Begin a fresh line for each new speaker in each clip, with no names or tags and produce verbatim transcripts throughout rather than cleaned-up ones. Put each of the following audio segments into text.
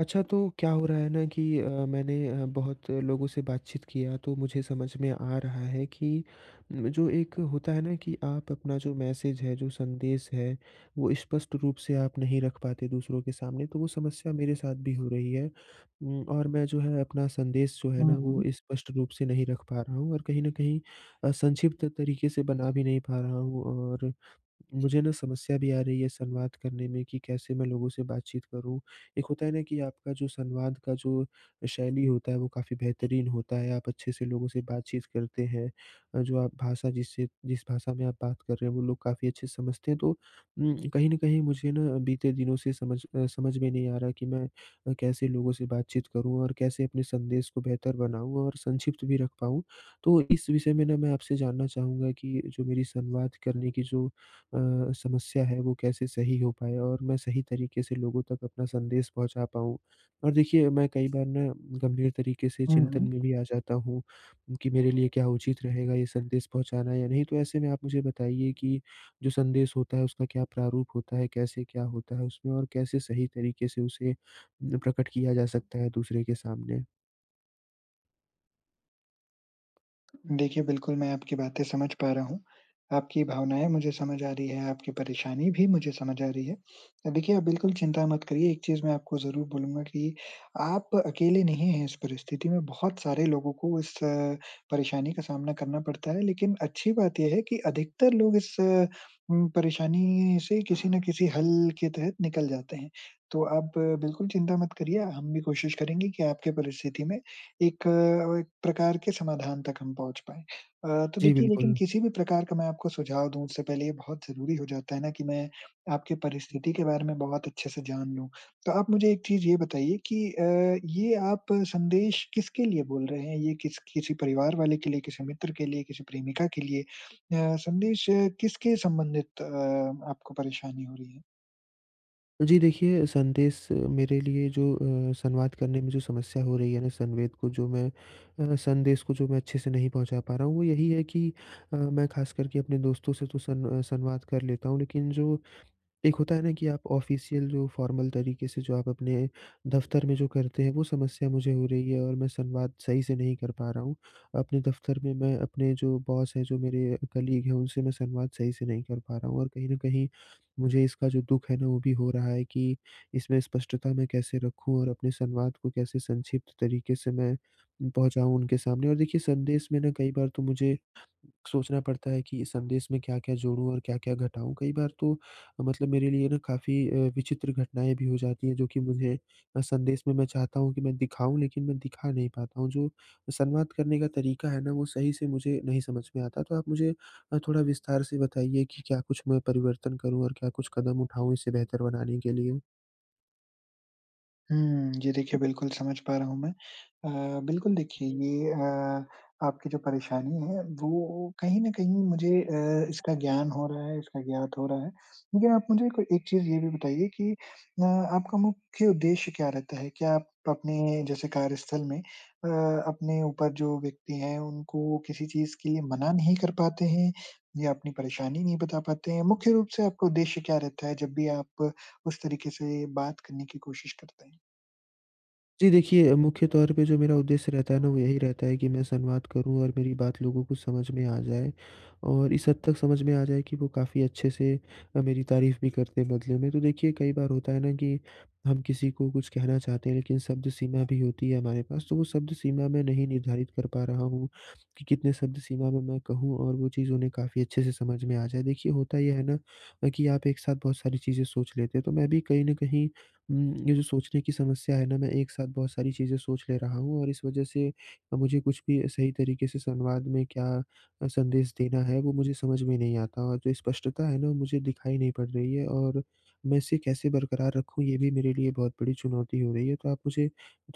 अच्छा, तो क्या हो रहा है ना कि अ, मैंने अ, बहुत लोगों से बातचीत किया, तो मुझे समझ में आ रहा है कि उम, जो एक होता है ना कि आप अपना जो मैसेज है, जो संदेश है, वो स्पष्ट रूप से आप नहीं रख पाते दूसरों के सामने, तो वो समस्या मेरे साथ भी हो रही है। उम, और मैं जो है अपना संदेश जो है
हुँ,
ना, वो
हुँ।
स्पष्ट रूप से नहीं रख पा रहा हूँ और कहीं न कहीं अ, संक्षिप्त तरीके से बना भी नहीं पा रहा हूँ और मुझे ना समस्या भी आ रही है संवाद करने में कि कैसे मैं लोगों से बातचीत करूँ। एक होता है ना कि आपका जो संवाद का जो शैली होता है, वो काफ़ी बेहतरीन होता है, आप अच्छे से लोगों से बातचीत करते हैं। अ, जो आप भाषा जिससे जिस भाषा में आप बात कर रहे हैं, वो लोग काफ़ी अच्छे से समझते हैं। तो उम, कहीं न कहीं मुझे ना बीते दिनों से समझ अ, समझ में नहीं आ रहा कि मैं अ, कैसे लोगों से बातचीत करूँ और कैसे अपने संदेश को बेहतर बनाऊँ और संक्षिप्त भी रख पाऊँ। तो इस विषय में ना मैं आपसे जानना चाहूँगा कि जो मेरी संवाद करने की जो अ, समस्या है, वो कैसे सही हो पाए और मैं सही तरीके से लोगों तक अपना संदेश पहुँचा पाऊँ। और देखिए, मैं कई बार ना गंभीर तरीके से
हुँ,
चिंतन
हुँ।
में भी आ जाता हूँ कि मेरे लिए क्या उचित रहेगा, ये संदेश पहुँचाना या नहीं। तो ऐसे में आप मुझे बताइए कि जो संदेश होता है उसका क्या प्रारूप होता है, कैसे क्या होता है उसमें, और कैसे सही तरीके से उसे न, प्रकट किया जा सकता है दूसरे के सामने?
देखिए, बिल्कुल मैं आपकी बातें समझ पा रहा हूँ। आपकी भावनाएँ मुझे समझ आ रही है, आपकी परेशानी भी मुझे समझ आ रही है। अ, देखिए आप बिल्कुल चिंता मत करिए, एक चीज़ मैं आपको ज़रूर बोलूँगा कि आप अकेले नहीं हैं इस परिस्थिति में, बहुत सारे लोगों को इस परेशानी का सामना करना पड़ता है। लेकिन अच्छी बात ये है कि अधिकतर लोग इस उम, परेशानी से किसी न किसी हल के तहत निकल जाते हैं। तो आप बिल्कुल चिंता मत करिए, हम भी कोशिश करेंगे कि आपकी परिस्थिति में एक अ, एक प्रकार के समाधान तक हम पहुँच पाएँ। अ, तो
जी,
देखिए लेकिन
बिल्कुल।
किसी भी प्रकार का मैं आपको सुझाव दूँ उससे पहले ये बहुत ज़रूरी हो जाता है ना कि मैं आपकी परिस्थिति के बारे में बहुत अच्छे से जान लूँ। तो आप मुझे एक चीज़ ये बताइए कि अ, ये आप संदेश किसके लिए बोल रहे हैं? ये किस किसी परिवार वाले के लिए, किसी मित्र के लिए, किसी प्रेमिका के लिए? अ, संदेश अ, किसके संबंधित अ, आपको परेशानी हो रही है?
जी देखिए, संदेश मेरे लिए जो अ, संवाद करने में जो समस्या हो रही है ना, संवेद को जो मैं अ, संदेश को जो मैं अच्छे से नहीं पहुँचा पा रहा हूँ, वो यही है कि अ, मैं ख़ास करके अपने दोस्तों से तो सन अ, संवाद कर लेता हूँ, लेकिन जो एक होता है ना कि आप ऑफ़िशियल जो फ़ॉर्मल तरीके से जो आप अपने दफ़्तर में जो करते हैं, वो समस्या मुझे हो रही है और मैं संवाद सही से नहीं कर पा रहा हूँ। अपने दफ़्तर में मैं अपने जो बॉस हैं, जो मेरे कलीग हैं, उनसे मैं संवाद सही से नहीं कर पा रहा हूँ और कहीं न कहीं मुझे इसका जो दुःख है ना, वो भी हो रहा है कि इसमें स्पष्टता मैं कैसे रखूँ और अपने संवाद को कैसे संक्षिप्त तरीके से मैं पहुँचाऊँ उनके सामने। और देखिए, संदेश में ना कई बार तो मुझे सोचना पड़ता है कि इस संदेश में क्या-क्या जोड़ूँ और क्या-क्या घटाऊँ। कई बार तो मतलब मेरे लिए ना काफ़ी अ, विचित्र घटनाएँ भी हो जाती हैं, जो कि मुझे अ, संदेश में मैं चाहता हूँ कि मैं दिखाऊँ, लेकिन मैं दिखा नहीं पाता हूँ। जो संवाद करने का तरीका है ना, वो सही से मुझे नहीं समझ में आता। तो आप मुझे अ, थोड़ा विस्तार से बताइए कि क्या कुछ मैं परिवर्तन करूँ और क्या कुछ कदम उठाऊँ इसे बेहतर बनाने के लिए?
हुँ, जी देखिए, बिल्कुल समझ पा रहा हूँ मैं। अ, बिल्कुल देखिए ये अ, आपकी जो परेशानी है वो कहीं न कहीं मुझे अ, इसका ज्ञान हो रहा है, इसका ज्ञात हो रहा है। लेकिन आप मुझे को एक चीज़ ये भी बताइए कि अ, आपका मुख्य उद्देश्य क्या रहता है? क्या आप अपने जैसे कार्यस्थल में अ, अपने ऊपर जो व्यक्ति हैं उनको किसी चीज़ के लिए मना नहीं कर पाते हैं या अपनी परेशानी नहीं बता पाते हैं? मुख्य रूप से आपका उद्देश्य क्या रहता है जब भी आप उस तरीके से बात करने की कोशिश करते हैं?
जी देखिए, मुख्य तौर पे जो मेरा उद्देश्य रहता है ना, वो यही रहता है कि मैं संवाद करूँ और मेरी बात लोगों को समझ में आ जाए, और इस हद तक समझ में आ जाए कि वो काफ़ी अच्छे से अ, मेरी तारीफ़ भी करते हैं बदले में। तो देखिए, कई बार होता है ना कि हम किसी को कुछ कहना चाहते हैं, लेकिन शब्द सीमा भी होती है हमारे पास, तो वो शब्द सीमा मैं नहीं निर्धारित कर पा रहा हूँ कि कितने शब्द सीमा में मैं कहूँ और वो चीज़ उन्हें काफ़ी अच्छे से समझ में आ जाए। देखिए, होता ये है ना अ, कि आप एक साथ बहुत सारी चीज़ें सोच लेते हैं, तो मैं भी कहीं न कहीं उम, ये जो सोचने की समस्या है ना, मैं एक साथ बहुत सारी चीज़ें सोच ले रहा हूँ और इस वज़ह से मुझे कुछ भी सही तरीके से संवाद में क्या अ, संदेश देना है, वो मुझे समझ में नहीं आता और जो स्पष्टता है ना, वो मुझे दिखाई नहीं पड़ रही है और मैं इसे कैसे बरकरार रखूँ, ये भी मेरे लिए बहुत बड़ी चुनौती हो रही है। तो आप मुझे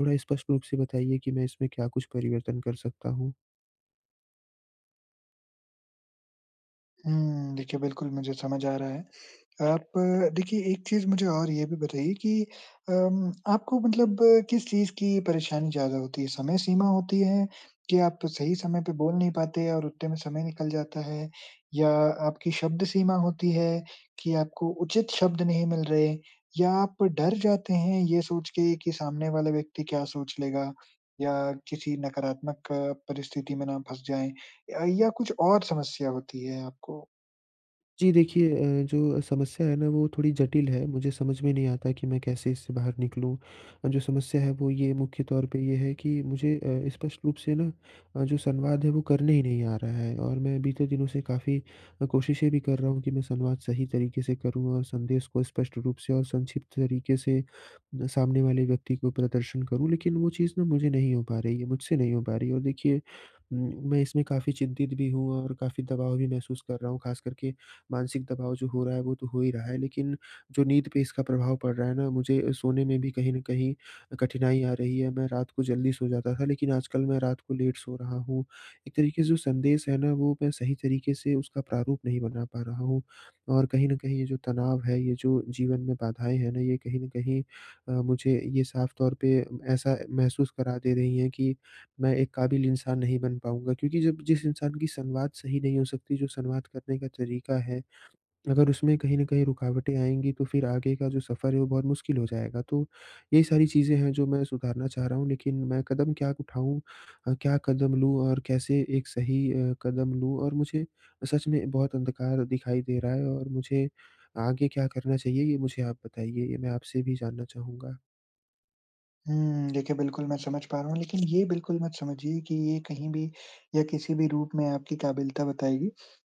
थोड़ा स्पष्ट रूप से बताइए कि मैं इसमें क्या कुछ परिवर्तन कर सकता हूँ?
हुँ, देखिए बिल्कुल मुझे समझ आ रहा है। आप अ, देखिए एक चीज़ मुझे और ये भी बताइए कि अम, आपको मतलब अ, किस चीज़ की परेशानी ज़्यादा होती है? समय सीमा होती है कि आप सही समय पे बोल नहीं पाते और उतने में समय निकल जाता है? या आपकी शब्द सीमा होती है कि आपको उचित शब्द नहीं मिल रहे? या आप डर जाते हैं ये सोच के कि सामने वाला व्यक्ति क्या सोच लेगा? या किसी नकारात्मक अ, परिस्थिति में ना फँस जाएँ? अ, या कुछ और समस्या होती है आपको?
जी देखिए, अ, जो समस्या है ना, वो थोड़ी जटिल है। मुझे समझ में नहीं आता कि मैं कैसे इससे बाहर निकलूँ। अ, जो समस्या है वो ये मुख्य तौर पे ये है कि मुझे अ, स्पष्ट रूप से ना अ, जो संवाद है वो करने ही नहीं आ रहा है और मैं बीते दिनों से काफ़ी अ, कोशिशें भी कर रहा हूँ कि मैं संवाद सही तरीके से करूँ और संदेश को स्पष्ट रूप से और संक्षिप्त तरीके से अ, सामने वाले व्यक्ति को प्रदर्शन करूँ। लेकिन वो चीज़ ना मुझे नहीं हो पा रही है, मुझसे नहीं हो पा रही है। और देखिए, उम, मैं इसमें काफ़ी चिंतित भी हूँ और काफ़ी दबाव भी महसूस कर रहा हूँ। ख़ास करके मानसिक दबाव जो हो रहा है वो तो हो ही रहा है, लेकिन जो नींद पे इसका प्रभाव पड़ रहा है ना, मुझे सोने में भी कहीं न कहीं कठिनाई आ रही है। मैं रात को जल्दी सो जाता था, लेकिन आजकल मैं रात को लेट सो रहा हूँ। एक तरीके से जो संदेश है ना, वो मैं सही तरीके से उसका प्रारूप नहीं बना पा रहा हूँ और कहीं न कहीं ये जो तनाव है, ये जो जीवन में बाधाएँ हैं ना, ये कहीं न कहीं अ, मुझे ये साफ तौर पे ऐसा महसूस करा दे रही हैं कि मैं एक काबिल इंसान नहीं बन पाऊँगा, क्योंकि जब जिस इंसान की संवाद सही नहीं हो सकती, जो संवाद करने का तरीका है, अगर उसमें कहीं न कहीं रुकावटें आएँगी, तो फिर आगे का जो सफ़र है, वो बहुत मुश्किल हो जाएगा। तो यही सारी चीज़ें हैं, जो मैं सुधारना चाह रहा हूँ, लेकिन मैं कदम क्या उठाऊँ, अ, क्या कदम लूँ और कैसे एक सही अ, कदम लूँ? और मुझे सच में बहुत अंधकार दिखाई दे रहा है, और मुझे आगे क्या करना चाहिए, ये मुझे आप बताइए। ये मैं आपसे भी जानना चाहूँगा।
हुँ, देखिए बिल्कुल मैं समझ पा रहा हूँ, लेकिन ये बिल्कुल मत समझिए कि ये कहीं भी या किसी भी रूप में आपकी काबिलियता बताएगी।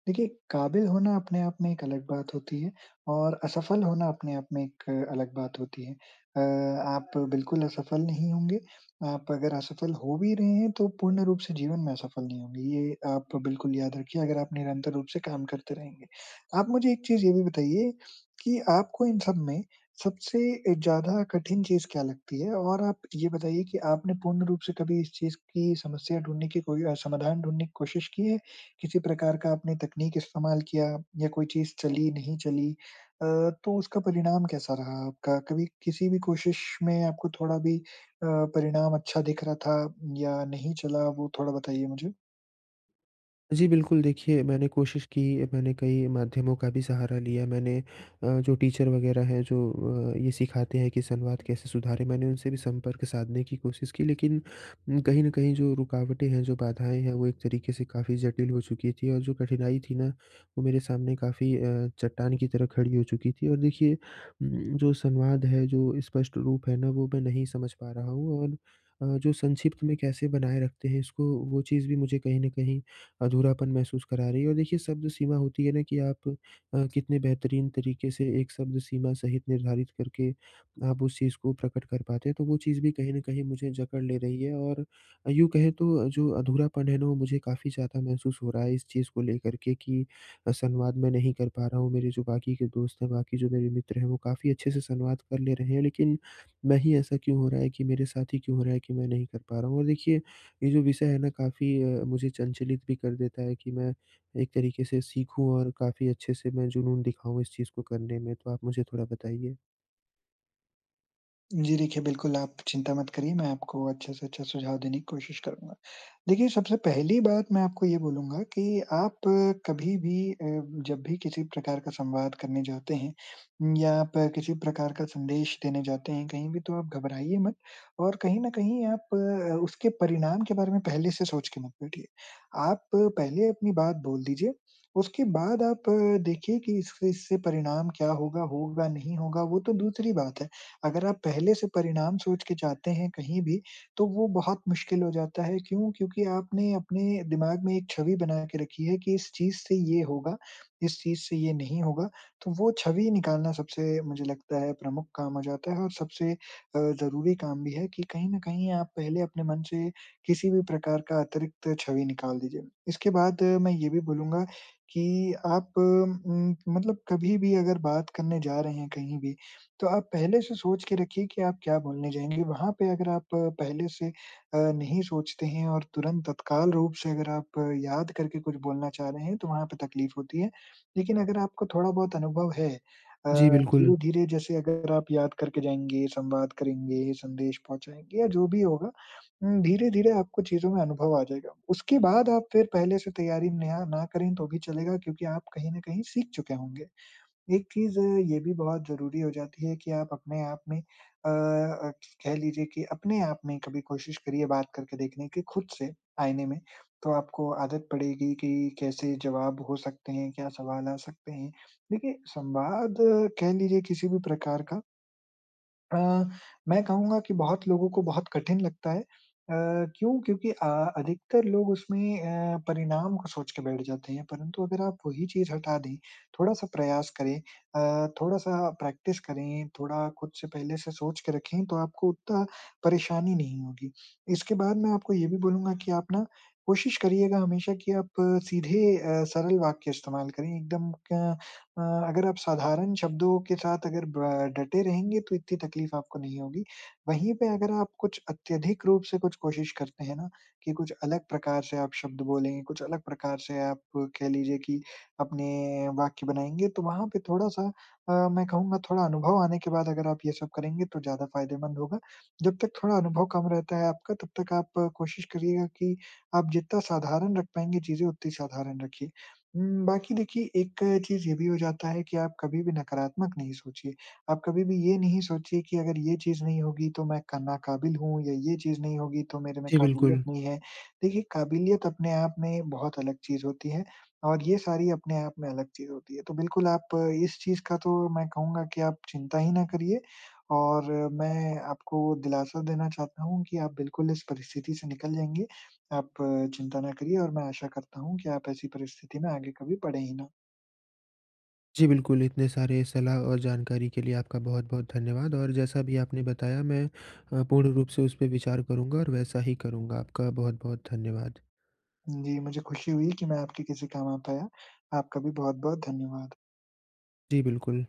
देखिए, काबिल होना अपने आप में एक अलग बात होती है और असफल होना अपने आप में एक अलग बात होती है। अ, आप बिल्कुल असफल नहीं होंगे, आप अगर असफल हो भी रहे हैं तो पूर्ण रूप से जीवन में असफल नहीं होंगे, ये आप बिल्कुल याद रखिए अगर आप निरंतर रूप से काम करते रहेंगे। आप मुझे एक चीज़ ये भी बताइए कि आपको इन सब में सबसे अ, ज़्यादा कठिन चीज़ क्या लगती है? और आप ये बताइए कि आपने पूर्ण रूप से कभी इस चीज़ की समस्या ढूँढने की कोई अ, समाधान ढूँढने की कोशिश की है? किसी प्रकार का आपने तकनीक इस्तेमाल किया या कोई चीज़ चली, नहीं चली? अ, तो उसका परिणाम कैसा रहा आपका? कभी किसी भी कोशिश में आपको थोड़ा भी अ, परिणाम अच्छा दिख रहा था या नहीं चला, वो थोड़ा बताइए मुझे?
जी, बिल्कुल देखिए, मैंने कोशिश की, मैंने कई माध्यमों का भी सहारा लिया, मैंने अ, जो टीचर वग़ैरह हैं, जो अ, ये सिखाते हैं कि संवाद कैसे सुधारें, मैंने उनसे भी संपर्क साधने की कोशिश की, लेकिन उम, कहीं न कहीं जो रुकावटें हैं, जो बाधाएँ हैं, वो एक तरीके से काफ़ी जटिल हो चुकी थी और जो कठिनाई थी ना, वो मेरे सामने काफ़ी अ, चट्टान की तरह खड़ी हो चुकी थी। और देखिए, उम, जो संवाद है, जो स्पष्ट रूप है ना, वो मैं नहीं समझ पा रहा हूँ, और अ, जो संक्षिप्त में कैसे बनाए रखते हैं इसको, वो चीज़ भी मुझे कहीं न कहीं अधूरापन महसूस करा रही है। और देखिए, शब्द सीमा होती है ना कि आप अ, कितने बेहतरीन तरीके से एक शब्द सीमा सहित निर्धारित करके आप उस चीज़ को प्रकट कर पाते हैं, तो वो चीज़ भी कहीं न कहीं मुझे जकड़ ले रही है। और यूँ कहें तो जो अधूरापन है ना, वो मुझे काफ़ी ज़्यादा महसूस हो रहा है इस चीज़ को लेकर के कि अ, संवाद मैं नहीं कर पा रहा हूँ। मेरे जो बाकी के दोस्त हैं, बाकी जो मेरे मित्र हैं, वो काफ़ी अच्छे से संवाद कर ले रहे हैं, लेकिन मैं ही ऐसा क्यों हो रहा है कि मेरे साथ ही क्यों हो रहा है कि मैं नहीं कर पा रहा हूँ। और देखिए, ये जो विषय है ना, काफ़ी अ, मुझे चंचलित भी कर देता है कि मैं एक तरीके से सीखूँ और काफ़ी अच्छे से मैं जुनून दिखाऊँ इस चीज़ को करने में। तो आप मुझे थोड़ा बताइए?
जी देखिए, बिल्कुल आप चिंता मत करिए, मैं आपको अच्छे से अच्छा सुझाव देने की कोशिश करूँगा। देखिए, सबसे पहली बात मैं आपको ये बोलूँगा कि आप अ, कभी भी अ, जब भी किसी प्रकार का संवाद करने जाते हैं न, या आप अ, किसी प्रकार का संदेश देने जाते हैं कहीं भी, तो आप घबराइए मत और कहीं न कहीं आप अ, उसके परिणाम के बारे में पहले से सोच के मत बैठिए। आप अ, पहले अपनी बात बोल दीजिए, उसके बाद आप अ, देखिए कि इससे इससे परिणाम क्या होगा, होगा नहीं होगा, वो तो दूसरी बात है। अगर आप पहले से परिणाम सोच के जाते हैं कहीं भी, तो वो बहुत मुश्किल हो जाता है, क्यों? क्योंकि आपने अपने दिमाग में एक छवि बना के रखी है कि इस चीज़ से ये होगा, इस चीज़ से ये नहीं होगा। तो वो छवि निकालना सबसे मुझे लगता है प्रमुख काम हो जाता है और सबसे अ, ज़रूरी काम भी है कि कहीं न कहीं आप पहले अपने मन से किसी भी प्रकार का अतिरिक्त छवि निकाल दीजिए। इसके बाद अ, मैं ये भी बोलूँगा कि आप उम, मतलब कभी भी अगर बात करने जा रहे हैं कहीं भी, तो आप पहले से सोच के रखिए कि आप क्या बोलने जाएँगे। वहाँ पे अगर आप अ, पहले से अ, नहीं सोचते हैं और तुरंत तत्काल रूप से अगर आप अ, याद करके कुछ बोलना चाह रहे हैं, तो वहाँ पे तकलीफ होती है। लेकिन अगर आपको थोड़ा बहुत अनुभव है अ,
जी, बिल्कुल।
धीरे-धीरे जैसे अगर आप याद करके जाएँगे, संवाद करेंगे, संदेश पहुँचाएँगे या जो भी होगा उम, धीरे-धीरे आपको चीज़ों में अनुभव आ जाएगा। उसके बाद आप फिर पहले से तैयारी ना ना करें तो भी चलेगा क्योंकि आप कहीं न कहीं सीख चुके होंगे। एक चीज़ ये भी बहुत ज़रूरी हो जाती है कि आप अपने आप में अ अ, कह लीजिए कि अपने आप में कभी कोशिश करिए बात करके देखने की खुद से आईने में, तो आपको आदत पड़ेगी कि कैसे जवाब हो सकते हैं, क्या सवाल आ सकते हैं। देखिए संवाद अ, कह लीजिए किसी भी प्रकार का अ, मैं कहूँगा कि बहुत लोगों को बहुत कठिन लगता है। अ, क्यों? क्योंकि अ, अधिकतर लोग उसमें अ, परिणाम को सोच के बैठ जाते हैं, परंतु अगर आप वही चीज़ हटा दें, थोड़ा-सा प्रयास करें अ, थोड़ा-सा प्रैक्टिस करें, थोड़ा खुद से पहले से सोच के रखें, तो आपको उतना परेशानी नहीं होगी। इसके बाद मैं आपको ये भी बोलूँगा कि आप ना कोशिश करिएगा हमेशा कि आप सीधे अ, सरल वाक्य इस्तेमाल करें, एकदम क्या अ, अगर आप साधारण शब्दों के साथ अगर ब डटे रहेंगे तो इतनी तकलीफ आपको नहीं होगी। वहीं पे अगर आप कुछ अत्यधिक रूप से कुछ कोशिश करते हैं ना, कि कुछ अलग प्रकार से आप शब्द बोलें, कुछ अलग प्रकार से आप कह लीजिए कि अपने वाक्य बनाएँगे तो वहाँ पे थोड़ा-सा अ, मैं कहूँगा थोड़ा अनुभव आने के बाद अगर आप ये सब करेंगे तो ज़्यादा फ़ायदेमंद होगा। जब तक थोड़ा अनुभव कम रहता है आपका तब तक आप कोशिश करिएगा कि आप जितना साधारण रख पाएँगे चीज़ें उतनी साधारण रखिए। हुँ, बाकी देखिए एक चीज़ ये भी हो जाता है कि आप कभी भी नकारात्मक नहीं सोचिए। आप कभी भी ये नहीं सोचिए कि अगर ये चीज़ नहीं होगी तो मैं क नाक़ाबिल हूँ या ये चीज़ नहीं होगी तो मेरे में
जी,
काबिलियत
बिल्कुल।
नहीं है। देखिए काबिलियत अपने आप में बहुत अलग चीज़ होती है और ये सारी अपने आप में अलग चीज़ होती है। तो बिल्कुल आप अ, इस चीज़ का तो मैं कहूँगा कि आप चिंता ही ना करिए और अ, मैं आपको दिलासा देना चाहता हूँ कि आप बिल्कुल इस परिस्थिति से निकल जाएँगे आप अ, चिंता ना करिए और मैं आशा करता हूँ कि आप ऐसी परिस्थिति में आगे कभी पड़ें ही ना।
जी, बिल्कुल, इतने सारे सलाह और जानकारी के लिए आपका बहुत-बहुत धन्यवाद, और जैसा भी आपने बताया, मैं अ, पूर्ण रूप से उस पे विचार करूँगा और वैसा ही करूँगा। आपका बहुत-बहुत धन्यवाद।
जी, मुझे खुशी हुई कि मैं आपके किसी काम आ पाया। आपका भी बहुत-बहुत धन्यवाद।
जी, बिल्कुल।